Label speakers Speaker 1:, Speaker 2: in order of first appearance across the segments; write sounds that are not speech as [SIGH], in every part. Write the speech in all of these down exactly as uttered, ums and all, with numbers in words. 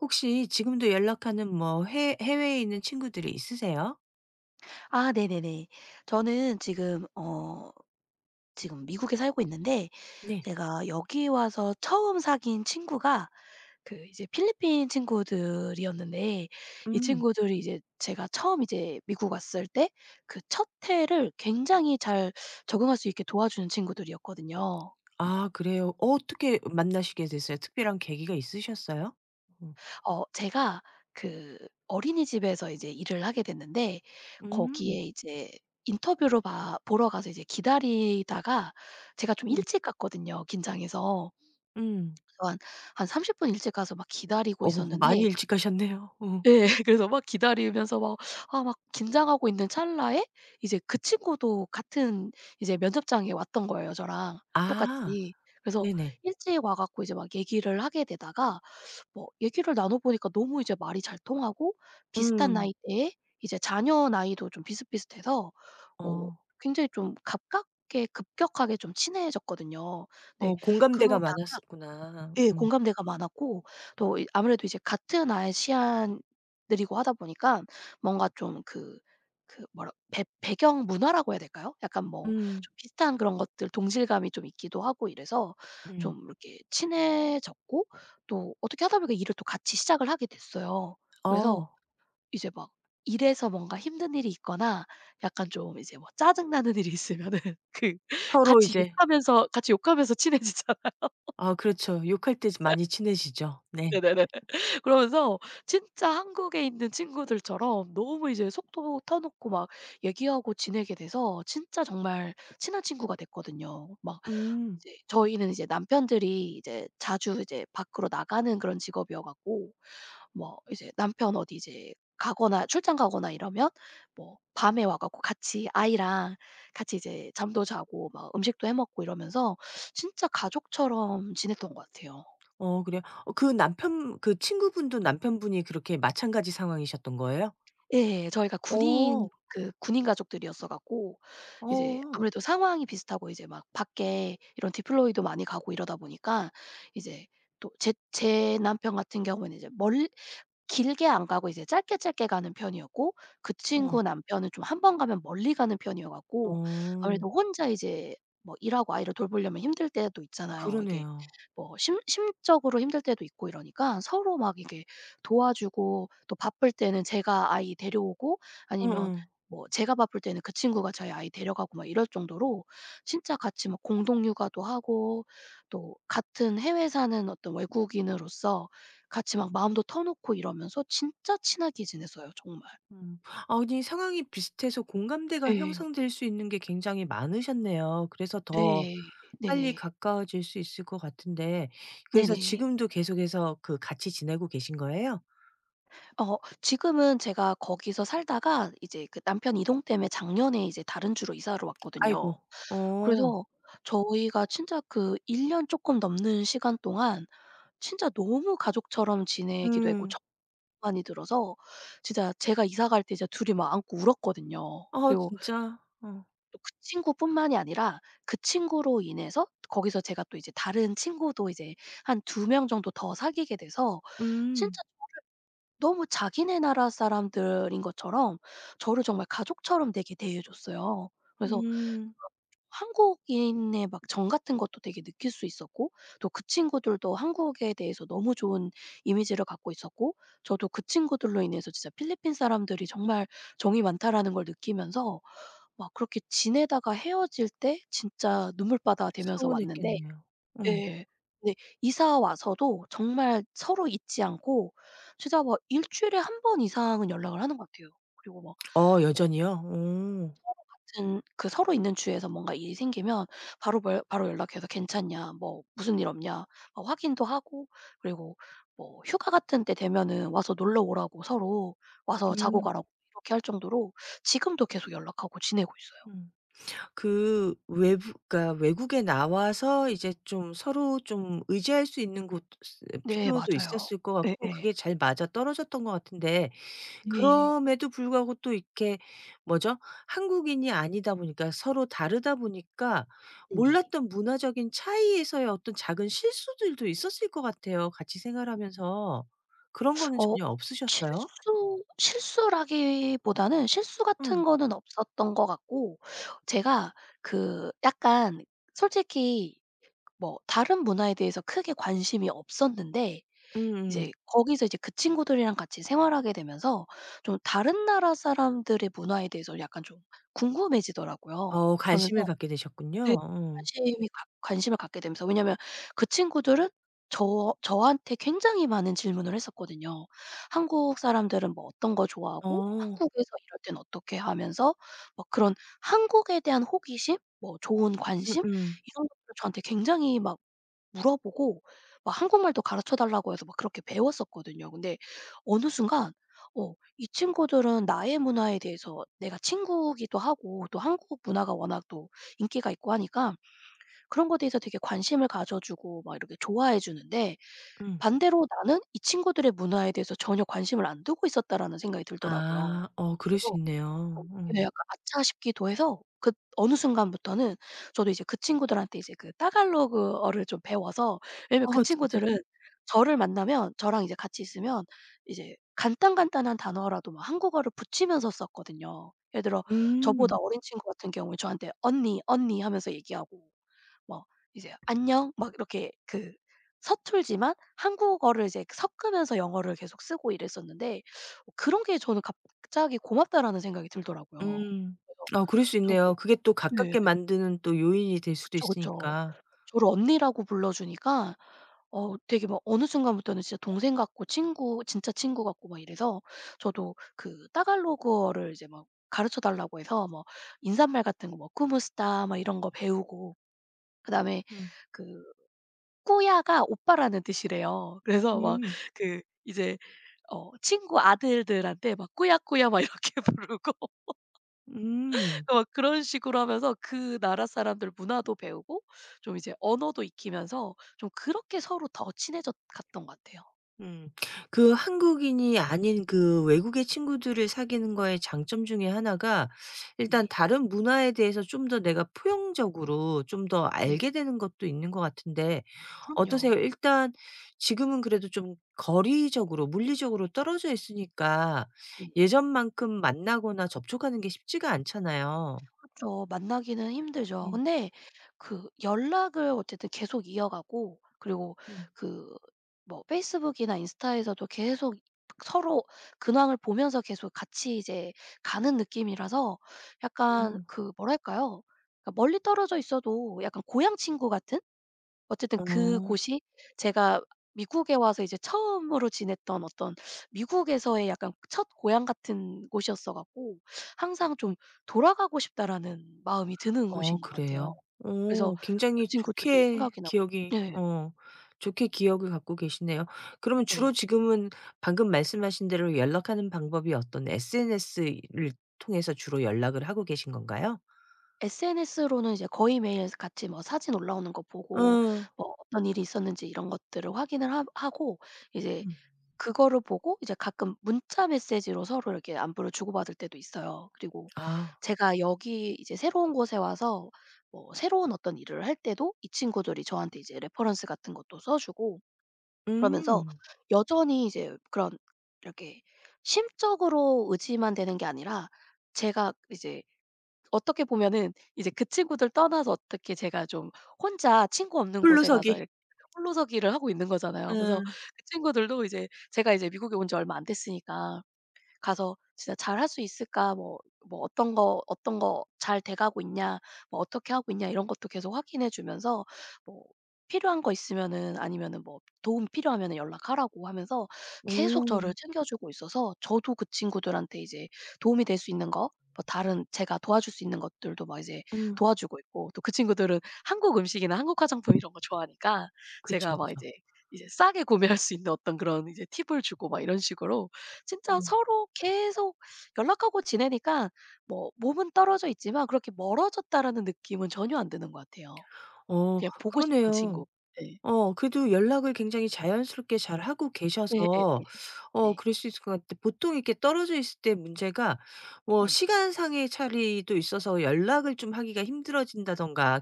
Speaker 1: 혹시 지금도 연락하는 뭐 해 해외에 있는 친구들이 있으세요?
Speaker 2: 아, 네네네. 저는 지금 어 지금 미국에 살고 있는데,
Speaker 1: 네.
Speaker 2: 제가 여기 와서 처음 사귄 친구가 그 이제 필리핀 친구들이었는데, 이
Speaker 1: 음.
Speaker 2: 친구들이 이제 제가 처음 이제 미국 왔을 때 그 첫 해를 굉장히 잘 적응할 수 있게 도와주는 친구들이었거든요.
Speaker 1: 아, 그래요. 어 어떻게 만나시게 됐어요? 특별한 계기가 있으셨어요? 어.
Speaker 2: 어 제가 그 어린이집에서 이제 일을 하게 됐는데,
Speaker 1: 음.
Speaker 2: 거기에 이제 인터뷰로 봐 보러 가서 이제 기다리다가 제가 좀
Speaker 1: 음.
Speaker 2: 일찍 갔거든요, 긴장해서.
Speaker 1: 음.
Speaker 2: 그래서 한 한 삼십 분 일찍 가서 막 기다리고
Speaker 1: 어 많이
Speaker 2: 있었는데,
Speaker 1: 일찍 가셨네요. 어.
Speaker 2: 예, [LAUGHS] 그래서 막 기다리면서 막, 아 막 긴장하고 있는 찰나에 이제 그 친구도 같은 이제 면접장에 왔던 거예요, 저랑
Speaker 1: 아,
Speaker 2: 똑같이. 그래서
Speaker 1: 네네.
Speaker 2: 일찍 와 갖고 이제 막 얘기를 하게 되다가 뭐 얘기를 나눠 보니까 너무 이제 말이 잘 통하고, 비슷한
Speaker 1: 음.
Speaker 2: 나이대에 이제 자녀 나이도 좀 비슷비슷해서 어
Speaker 1: 어.
Speaker 2: 굉장히 좀 가깝게 급격하게 좀 친해졌거든요. 네.
Speaker 1: 어 공감대가
Speaker 2: 그러다가
Speaker 1: 많았었구나.
Speaker 2: 예,
Speaker 1: 음.
Speaker 2: 공감대가 많았고 또 이, 아무래도 이제 같은 아시안들이고 하다 보니까 뭔가 좀 그 그 뭐라, 배 배경 문화라고 해야 될까요? 약간 뭐
Speaker 1: 음.
Speaker 2: 좀 비슷한 그런 것들 동질감이 좀 있기도 하고 이래서
Speaker 1: 음.
Speaker 2: 좀 이렇게 친해졌고, 또 어떻게 하다 보니까 일을 또 같이 시작을 하게 됐어요. 그래서
Speaker 1: 어.
Speaker 2: 이제 막 일에서 뭔가 힘든 일이 있거나 약간 좀 이제 뭐 짜증 나는 일이 있으면은 [LAUGHS] 그
Speaker 1: 서로
Speaker 2: 같이
Speaker 1: 이제
Speaker 2: 욕하면서 같이 욕하면서 친해지잖아요.
Speaker 1: 아, 그렇죠. 욕할 때 많이 친해지죠. 네.
Speaker 2: 네네네. 그러면서 진짜 한국에 있는 친구들처럼 너무 이제 속도 터놓고 막 얘기하고 지내게 돼서 진짜 정말 친한 친구가 됐거든요. 막
Speaker 1: 음.
Speaker 2: 이제 저희는 이제 남편들이 이제 자주 이제 밖으로 나가는 그런 직업이어 갖고 뭐 이제 남편 어디 이제 가거나 출장 가거나 이러면 뭐 밤에 와 갖고 같이 아이랑 같이 이제 잠도 자고 막 음식도 해 먹고 이러면서 진짜 가족처럼 지냈던 것 같아요.
Speaker 1: 어, 그래요? 어 그 남편 그 친구분도 남편분이 그렇게 마찬가지 상황이셨던 거예요?
Speaker 2: 예. 저희가 군인,
Speaker 1: 어.
Speaker 2: 그 군인 가족들이었어 갖고 이제
Speaker 1: 어.
Speaker 2: 아무래도 상황이 비슷하고 이제 막 밖에 이런 디플로이도 많이 가고 이러다 보니까, 이제 또 제 제 남편 같은 경우에는 이제 멀 길게 안 가고 이제 짧게 짧게 가는 편이었고, 그
Speaker 1: 어.
Speaker 2: 친구 남편은 좀 한 번 가면 멀리 가는 편이어 갖고
Speaker 1: 어.
Speaker 2: 아무래도 혼자 이제 뭐 일하고 아이를 돌보려면 힘들 때도 있잖아요, 이게.
Speaker 1: 그러네요.
Speaker 2: 뭐 심 심적으로 힘들 때도 있고 이러니까 서로 막 이게 도와주고 또 바쁠 때는 제가 아이 데려오고,
Speaker 1: 어어.
Speaker 2: 아니면 뭐 제가 바쁠 때는 그 친구가 저희 아이 데려가고 막 이럴 정도로 진짜 같이 막 공동 육아도 하고 또 같은 해외 사는 어떤 외국인으로서 같이 막 마음도 터놓고 이러면서 진짜 친하게 지냈어요, 정말.
Speaker 1: 음. 아니, 상황이 비슷해서
Speaker 2: 예.
Speaker 1: 공감대가
Speaker 2: 네.
Speaker 1: 형성될 수 있는 게 굉장히 많으셨네요. 그래서 더
Speaker 2: 네.
Speaker 1: 빨리
Speaker 2: 네네.
Speaker 1: 가까워질 수 있을 것 같은데, 그래서
Speaker 2: 네네.
Speaker 1: 지금도 계속해서 그 같이 지내고 계신 거예요?
Speaker 2: 어 지금은 제가 거기서 살다가 이제 그 남편 이동 때문에 작년에 이제 다른 주로 이사를 왔거든요.
Speaker 1: 아이고. 어.
Speaker 2: 그래서 저희가 진짜 그 일 년 조금 넘는 시간 동안 진짜 너무 가족처럼 지내기도 했고,
Speaker 1: 음.
Speaker 2: 정이 많이 들어서 진짜 제가 이사 갈 때 이제 둘이 막 안고 울었거든요.
Speaker 1: 아,
Speaker 2: 그리고
Speaker 1: 진짜. 어.
Speaker 2: 또 그 친구뿐만이 아니라 그 친구로 인해서 거기서 제가 또 이제 다른 친구도 이제 한 두 명 정도 더 사귀게 돼서
Speaker 1: 음.
Speaker 2: 진짜 너무 자기네 나라 사람들인 것처럼 저를 정말 가족처럼 되게 대해 줬어요. 그래서
Speaker 1: 음.
Speaker 2: 한국인의 막 정 같은 것도 되게 느낄 수 있었고, 또 그 친구들도 한국에 대해서 너무 좋은 이미지를 갖고 있었고, 저도 그 친구들로 인해서 진짜 필리핀 사람들이 정말 정이 많다라는 걸 느끼면서 막 그렇게 지내다가 헤어질 때 진짜 눈물바다 되면서 왔는데.
Speaker 1: 서운했겠네요. 어.
Speaker 2: 예. 근데 이사 와서도 정말 서로 잊지 않고 진짜 막 일 주일에 한 번 이상은 연락을 하는 것 같아요. 그리고 막
Speaker 1: 어,
Speaker 2: 뭐
Speaker 1: 여전히요? 오.
Speaker 2: 같은, 그 서로 있는 주에서 뭔가 일이 생기면 바로 벌 바로 연락해서 "괜찮냐? 뭐 무슨 일 없냐?" 막 확인도 하고, 그리고 뭐 휴가 같은 때 되면은 와서 놀러 오라고, 서로 와서 자고
Speaker 1: 음.
Speaker 2: 가라고 이렇게 할 정도로 지금도 계속 연락하고 지내고 있어요.
Speaker 1: 음. 그 외부, 그러니까 외국에 나와서 이제 좀 서로 좀 의지할 수 있는 곳 스
Speaker 2: 네
Speaker 1: 필요도
Speaker 2: 맞아요.
Speaker 1: 있었을 것 같고,
Speaker 2: 예예.
Speaker 1: 그게 잘 맞아떨어졌던 것 같은데,
Speaker 2: 네.
Speaker 1: 그럼에도 불구하고 또 이렇게 뭐죠? 한국인이 아니다 보니까, 서로 다르다 보니까
Speaker 2: 네네.
Speaker 1: 몰랐던 문화적인 차이에서의 어떤 작은 실수들도 있었을 것 같아요, 같이 생활하면서. 그런 거는
Speaker 2: 어
Speaker 1: 전혀 없으셨어요?
Speaker 2: 실수 실수라기보다는, 실수 같은
Speaker 1: 응.
Speaker 2: 거는 없었던 것 같고, 제가 그 약간 솔직히 뭐 다른 문화에 대해서 크게 관심이 없었는데 이제
Speaker 1: 음음.
Speaker 2: 거기서 이제 그 친구들이랑 같이 생활하게 되면서 좀 다른 나라 사람들의 문화에 대해서 약간 좀 궁금해지더라고요.
Speaker 1: 어 관심을
Speaker 2: 그러면서
Speaker 1: 갖게
Speaker 2: 네.
Speaker 1: 되셨군요. 어.
Speaker 2: 관심이 가 관심을 갖게 되면서, 왜냐면 그 친구들은 저 저한테 굉장히 많은 질문을 했었거든요. 한국 사람들은 뭐 어떤 거 좋아하고
Speaker 1: 어.
Speaker 2: 한국에서 이럴 땐 어떻게 하면서 막 그런 한국에 대한 호기심, 뭐 좋은 관심,
Speaker 1: 음음.
Speaker 2: 이런 것들을 저한테 굉장히 막 물어보고 막 한국말도 가르쳐 달라고 해서 막 그렇게 배웠었거든요. 근데 어느 순간 어 이 친구들은 나의 문화에 대해서, 내가 친구기도 하고 또 한국 문화가 워낙 또 인기가 있고 하니까 그런 거에 대해서 되게 관심을 가져 주고 막 이렇게 좋아해 주는데
Speaker 1: 음.
Speaker 2: 반대로 나는 이 친구들의 문화에 대해서 전혀 관심을 안 두고 있었다라는 생각이 들더라고요.
Speaker 1: 아. 어 그럴 수
Speaker 2: 그래서 좀,
Speaker 1: 있네요. 어.
Speaker 2: 예, 약간 아차 싶기도 해서 그 어느 순간부터는 저도 이제 그 친구들한테 이제 그 따갈로그어를 좀 배워서. 왜냐면
Speaker 1: 어
Speaker 2: 그
Speaker 1: [LAUGHS] 진짜.
Speaker 2: 친구들은 저를 만나면, 저랑 이제 같이 있으면 이제 간단간단한 단어라도 막 한국어를 붙이면서 썼거든요. 예를 들어
Speaker 1: 음.
Speaker 2: 저보다 어린 친구 같은 경우에 저한테 "언니, 언니." 하면서 얘기하고, 뭐 이제 "안녕." 막 이렇게 그 서툴지만 한국어를 이제 섞으면서 영어를 계속 쓰고 이랬었는데, 어 그런 게 저는 갑자기 고맙다라는 생각이 들더라고요.
Speaker 1: 음.
Speaker 2: 그래서
Speaker 1: 아, 그럴 수
Speaker 2: 저도.
Speaker 1: 있네요. 그게 또
Speaker 2: 네.
Speaker 1: 가깝게 만드는 또 요인이 될 수도
Speaker 2: 그쵸, 그쵸.
Speaker 1: 있으니까.
Speaker 2: 저를 언니라고 불러 주니까 어 되게 막 어느 순간부터는 진짜 동생 같고 친구 진짜 친구 같고 막 이래서 저도 그 따갈로그어를 이제 막 가르쳐 달라고 해서 뭐 인사말 같은 거, 뭐 쿠무스타 막 이런 거 배우고, 그다음에
Speaker 1: 음.
Speaker 2: 그 꾸야가 오빠라는 뜻이래요. 그래서 막
Speaker 1: 음.
Speaker 2: 그 이제 어 친구 아들들한테 막 "꾸야꾸야." 막 이렇게 [LAUGHS] 부르고
Speaker 1: 음.
Speaker 2: 막 그런 식으로 하면서 그 나라 사람들 문화도 배우고 좀 이제 언어도 익히면서 좀 그렇게 서로 더 친해졌 갔던 것 같아요.
Speaker 1: 음. 그 한국인이 아닌 그 외국의 친구들을 사귀는 거의 장점 중에 하나가, 일단
Speaker 2: 네네.
Speaker 1: 다른 문화에 대해서 좀 더 내가 포용적으로 좀 더
Speaker 2: 네 네네.
Speaker 1: 알게 되는 것도 있는 것 같은데, 어떠세요?
Speaker 2: 그럼요.
Speaker 1: 일단 지금은 그래도 좀 거리적으로, 물리적으로 떨어져 있으니까
Speaker 2: 네네.
Speaker 1: 예전만큼 만나거나 접촉하는 게 쉽지가 않잖아요.
Speaker 2: 그쵸. 만나기는 힘들죠.
Speaker 1: 음.
Speaker 2: 근데 그 연락을 어쨌든 계속 이어가고, 그리고
Speaker 1: 음.
Speaker 2: 그 뭐 페이스북이나 인스타에서도 계속 서로 근황을 보면서 계속 같이 이제 가는 느낌이라서 약간
Speaker 1: 음.
Speaker 2: 그 뭐랄까요? 그러니까 멀리 떨어져 있어도 약간 고향 친구 같은? 어쨌든
Speaker 1: 어.
Speaker 2: 그곳이 제가 미국에 와서 이제 처음으로 지냈던 어떤 미국에서의 약간 첫 고향 같은 곳이었어 갖고 항상 좀 '돌아가고 싶다.'라는 마음이 드는
Speaker 1: 어,
Speaker 2: 곳인 것 같아요.
Speaker 1: 그래요?
Speaker 2: 그래서
Speaker 1: 어
Speaker 2: 그
Speaker 1: 굉장히
Speaker 2: 친구들이
Speaker 1: 좋게
Speaker 2: 생각이 나고.
Speaker 1: 기억이
Speaker 2: 예.
Speaker 1: 어 좋게 기억을 갖고 계시네요. 그러면 주로
Speaker 2: 네.
Speaker 1: 지금은 방금 말씀하신 대로 연락하는 방법이 어떤 에스엔에스를 통해서 주로 연락을 하고 계신 건가요?
Speaker 2: 에스엔에스로는 이제 거의 매일 같이 뭐 사진 올라오는 거 보고
Speaker 1: 어.
Speaker 2: 뭐 어떤 일이 있었는지 이런 것들을 확인을 하 하고 이제
Speaker 1: 음.
Speaker 2: 그거를 보고 이제 가끔 문자 메시지로 서로 이렇게 안부를 주고받을 때도 있어요. 그리고
Speaker 1: 아.
Speaker 2: 제가 여기 이제 새로운 곳에 와서 뭐 새로운 어떤 일을 할 때도 이 친구들이 저한테 이제 레퍼런스 같은 것도 써 주고, 그러면서
Speaker 1: 음.
Speaker 2: 여전히 이제 그런 이렇게 심적으로 의지만 되는 게 아니라 제가 이제 어떻게 보면은 이제 그 친구들 떠나서 어떻게 제가 좀 혼자 친구 없는 곳에 가서
Speaker 1: 홀로서기.
Speaker 2: 이렇 홀로서기를 하고 있는 거잖아요. 그래서
Speaker 1: 예.
Speaker 2: 그 친구들도 이제 제가 이제 미국에 온 지 얼마 안 됐으니까 가서 진짜 '잘 할 수 있을까?' 뭐 뭐 "어떤 거 어떤 거 잘 돼 가고 있냐? 뭐 어떻게 하고 있냐?" 이런 것도 계속 확인해 주면서 뭐 필요한 거 있으면은, 아니면은 뭐 도움 필요하면은 연락하라고 하면서 계속
Speaker 1: 어.
Speaker 2: 저를 챙겨 주고 있어서, 저도 그 친구들한테 이제 도움이 될 수 있는 거, 뭐 다른 제가 도와줄 수 있는 것들도 막 이제
Speaker 1: 어.
Speaker 2: 도와주고 있고. 또 그 친구들은 한국 음식이나 한국 화장품 이런 거 좋아하니까
Speaker 1: 그쵸,
Speaker 2: 제가 막
Speaker 1: 그쵸.
Speaker 2: 이제 이제 싸게 구매할 수 있는 어떤 그런 이제 팁을 주고 막 이런 식으로 진짜
Speaker 1: 어.
Speaker 2: 서로 계속 연락하고 지내니까 뭐 몸은 떨어져 있지만 그렇게 '멀어졌다.'라는 느낌은 전혀 안 드는 것 같아요.
Speaker 1: 어
Speaker 2: 그냥 보고 싶은
Speaker 1: 그러네요.
Speaker 2: 친구. 네.
Speaker 1: 어 그래도 연락을 굉장히 자연스럽게 잘하고
Speaker 2: 예예예.
Speaker 1: 계셔서
Speaker 2: 네.
Speaker 1: 어
Speaker 2: 네.
Speaker 1: 그럴 수 있을 것 같아요. 보통 이렇게 떨어져 있을 때 문제가 뭐
Speaker 2: 네.
Speaker 1: 시간상의 차이도 있어서 연락을 좀 하기가 힘들어진다든가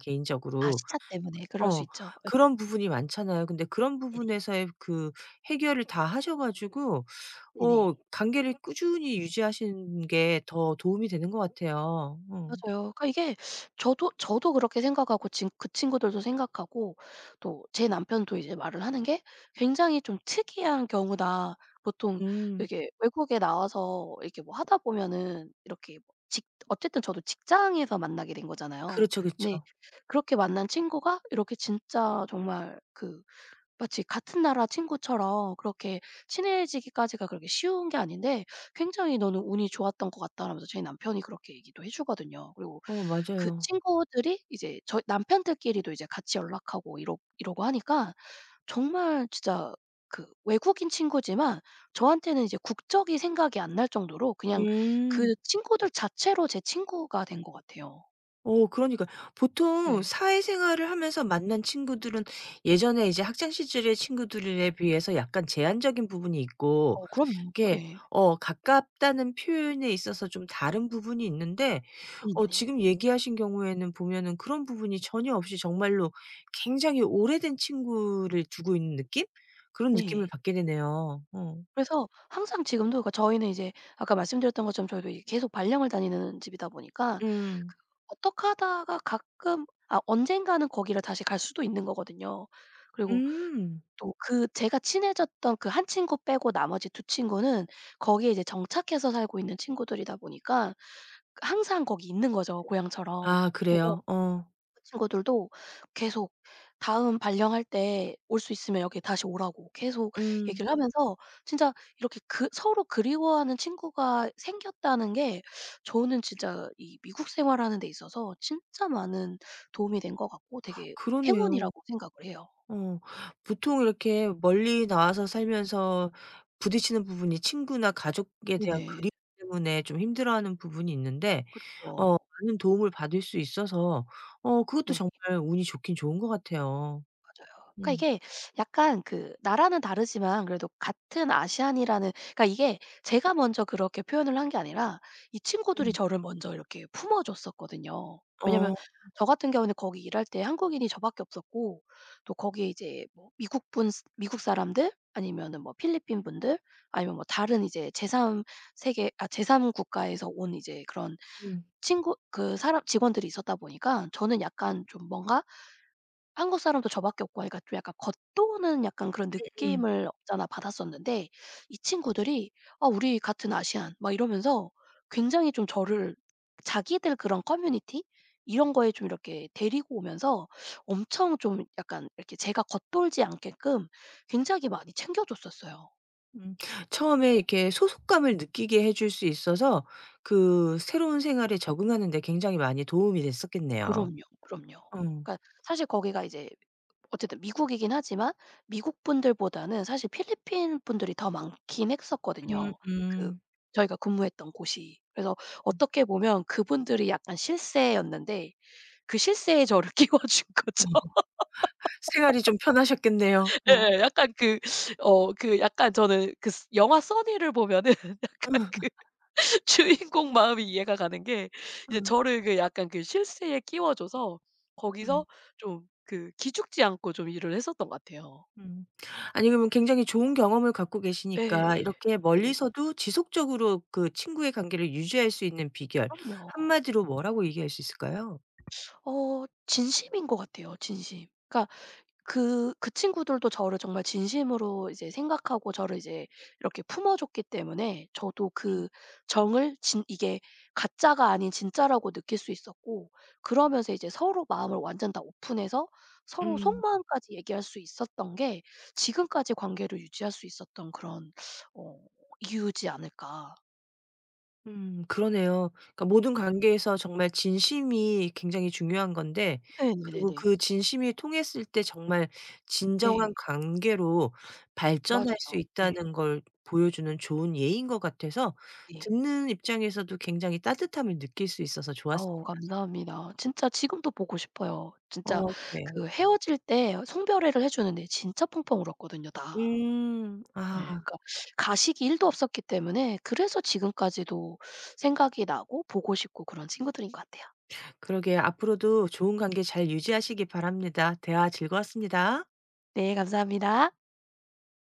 Speaker 2: 아,
Speaker 1: 개인적으로
Speaker 2: 시차 때문에 그럴 수
Speaker 1: 어
Speaker 2: 있죠. 예.
Speaker 1: 그런 부분이 많잖아요. 근데 그런
Speaker 2: 네네.
Speaker 1: 부분에서의 그 해결을 다 하셔 가지고 어
Speaker 2: 네네.
Speaker 1: 관계를 꾸준히 유지하시는 게 더 도움이 되는 것 같아요. 어.
Speaker 2: 맞아요. 그러니까 이게 저도 저도 그렇게 생각하고 진 그 친구들도 생각하고 또 제 남편도 이제 말을 하는 게 "굉장히 좀 특이한 경우다. 보통
Speaker 1: 음.
Speaker 2: 이렇게 외국에 나와서 이렇게 뭐 하다 보면은 이렇게 뭐 직" 어쨌든 저도 직장에서 만나게 된 거잖아요.
Speaker 1: 그렇죠, 그
Speaker 2: 근데
Speaker 1: 죠
Speaker 2: 그렇게 만난 친구가 이렇게 진짜 정말 그 마치 같은 나라 친구처럼 그렇게 친해지기까지가 그렇게 쉬운 게 아닌데 굉장히 "너는 운이 좋았던 것 같다."라면서 저희 남편이 그렇게 얘기도 해 주거든요. 그리고
Speaker 1: 어
Speaker 2: 그
Speaker 1: 맞아요.
Speaker 2: 친구들이 이제 저희 남편들끼리도 이제 같이 연락하고 이러 이러고 하니까 정말 진짜 그 외국인 친구지만 저한테는 이제 국적이 생각이 안 날 정도로 그냥
Speaker 1: 음.
Speaker 2: 그 친구들 자체로 제 친구가 된 것 같아요.
Speaker 1: 어 그러니까 보통
Speaker 2: 네.
Speaker 1: 사회생활을 하면서 만난 친구들은 예전에 이제 학창 시절의 친구들에 비해서 약간 제한적인 부분이 있고,
Speaker 2: 어 그럼요.
Speaker 1: 이게
Speaker 2: 예.
Speaker 1: 어 가깝다는 표현에 있어서 좀 다른 부분이 있는데 어
Speaker 2: 네네네.
Speaker 1: 지금 얘기하신 경우에는 보면은 그런 부분이 전혀 없이 정말로 굉장히 오래된 친구를 두고 있는 느낌? 그런 느낌을
Speaker 2: 네.
Speaker 1: 받게 되네요. 어.
Speaker 2: 그래서 항상 지금도, 그러니까 저희는 이제 아까 말씀드렸던 것처럼 저희도 이 계속 발령을 다니는 집이다 보니까
Speaker 1: 음.
Speaker 2: 그 어떡하다가 가끔 아 언젠가는 거기를 다시 갈 수도 있는 거거든요. 그리고
Speaker 1: 음.
Speaker 2: 또 그 제가 친해졌던 그 한 친구 빼고 나머지 두 친구는 거기에 이제 정착해서 살고 있는 친구들이다 보니까 항상 거기 있는 거죠, 고향처럼.
Speaker 1: 아,
Speaker 2: 그래서
Speaker 1: 그래요? 어.
Speaker 2: 그 친구들도 계속 다음 발령할 때 올 수 있으면 여기 다시 오라고 계속
Speaker 1: 음.
Speaker 2: 얘기를 하면서 진짜 이렇게 그 서로 그리워하는 친구가 생겼다는 게 저는 진짜 이 미국 생활하는 데 있어서 진짜 많은 도움이 된 것 같고 되게
Speaker 1: 그러네요.
Speaker 2: 행운이라고 생각을 해요.
Speaker 1: 어. 보통 이렇게 멀리 나와서 살면서 부딪히는 부분이 친구나 가족에 대한
Speaker 2: 네네.
Speaker 1: 그리움 때문에 좀 힘들어하는 부분이 있는데 어
Speaker 2: 그쵸.
Speaker 1: 많은 도움을 받을 수 있어서 어 그것도
Speaker 2: 네.
Speaker 1: 정말 운이 좋긴 좋은 것 같아요.
Speaker 2: 그러니까
Speaker 1: 음.
Speaker 2: 이게 약간 그 나라는 다르지만 그래도 같은 아시안이라는, 그러니까 이게 제가 먼저 그렇게 표현을 한 게 아니라 이 친구들이
Speaker 1: 음.
Speaker 2: 저를 먼저 이렇게 품어 줬었거든요. 왜냐면
Speaker 1: 어
Speaker 2: 저 같은 경우는 거기 일할 때 한국인이 저밖에 없었고 또 거기에 이제 뭐 미국 분, 미국 사람들 아니면은 뭐 필리핀 분들 아니면 뭐 다른 이제 제삼 세계 아 제삼 국가에서 온 이제 그런
Speaker 1: 음
Speaker 2: 친구 그 사람 직원들이 있었다 보니까 저는 약간 좀 뭔가 한국 사람도 저밖에 없고 하니까 좀 약간 겉도는 약간 그런
Speaker 1: 음
Speaker 2: 느낌을 없잖아 받았었는데 이 친구들이 "아 우리 같은 아시안." 막 이러면서 굉장히 좀 저를 자기들 그런 커뮤니티 이런 거에 좀 이렇게 데리고 오면서 엄청 좀 약간 이렇게 제가 겉돌지 않게끔 굉장히 많이 챙겨 줬었어요.
Speaker 1: 음. 처음에 이렇게 소속감을 느끼게 해줄 수 있어서 그 새로운 생활에 적응하는 데 굉장히 많이 도움이 됐었겠네요.
Speaker 2: 그럼요, 그럼요.
Speaker 1: 어.
Speaker 2: 그러니까 사실 거기가 이제 어쨌든 미국이긴 하지만 미국 분들보다는 사실 필리핀 분들이 더 많긴
Speaker 1: 음
Speaker 2: 했었거든요. 그
Speaker 1: 음.
Speaker 2: 저희가 근무했던 곳이. 그래서
Speaker 1: 음.
Speaker 2: 어떻게 보면 그분들이 약간 실세였는데 그 실세에 저를 [LAUGHS] 끼워 준 거죠.
Speaker 1: 어 생활이 좀 편하셨겠네요. 어.
Speaker 2: 예. 약간 그 어 그 약간 저는 그 스 영화 써니를 보면은 [LAUGHS] 약간
Speaker 1: 음.
Speaker 2: 그 [LAUGHS] 주인공 마음이 이해가 가는 게 이제
Speaker 1: 음.
Speaker 2: 저를 그 약간 그 실세에 끼워 줘서
Speaker 1: 음.
Speaker 2: 거기서 좀 그 기죽지 않고 좀 일을 했었던 것 같아요.
Speaker 1: 음. 아니, 그러면 굉장히 좋은 경험을 갖고 계시니까
Speaker 2: 예.
Speaker 1: 이렇게
Speaker 2: 네네.
Speaker 1: 멀리서도 지속적으로 그 친구의 관계를 유지할 수 있는 비결
Speaker 2: 그럼요.
Speaker 1: 한마디로 뭐라고 얘기할 수 있을까요?
Speaker 2: 어 진심인 것 같아요, 진심. 그러니까 그 그 친구들도 저를 정말 진심으로 이제 생각하고 저를 이제 이렇게 품어줬기 때문에 저도 그 정을 진 이게 가짜가 아닌 진짜라고 느낄 수 있었고, 그러면서 이제 서로 마음을 완전 다 오픈해서 서로
Speaker 1: 음.
Speaker 2: 속마음까지 얘기할 수 있었던 게 지금까지 관계를 유지할 수 있었던 그런 어 이유지 않을까.
Speaker 1: 음, 그러네요. 그러니까 모든
Speaker 2: 네.
Speaker 1: 관계에서 정말 진심이 굉장히 중요한 건데,
Speaker 2: 네네네네.
Speaker 1: 그리고 그 진심이 통했을 때 정말
Speaker 2: 네.
Speaker 1: 진정한 관계로 발전할 수
Speaker 2: 맞아요. 네.
Speaker 1: 있다는 걸 보여주는 좋은 예인 것 같아서
Speaker 2: 네.
Speaker 1: 듣는 입장에서도 굉장히 따뜻함을 느낄 수 있어서 좋았습니다.
Speaker 2: 아우 감사합니다. 진짜 지금도 보고 싶어요. 진짜
Speaker 1: 어, 그래요.
Speaker 2: 그 헤어질 때 송별회를 해 주는데 진짜 펑펑 울었거든요 다.
Speaker 1: 음.
Speaker 2: 예.
Speaker 1: 아,
Speaker 2: 그러니까 가식이 일 도 없었기 때문에 그래서 지금까지도 생각이 나고 보고 싶고 그런 친구들인 것 같아요.
Speaker 1: 그러게요. 앞으로도 좋은 관계 잘 유지하시기 바랍니다. 대화 즐거웠습니다.
Speaker 2: 네 감사합니다.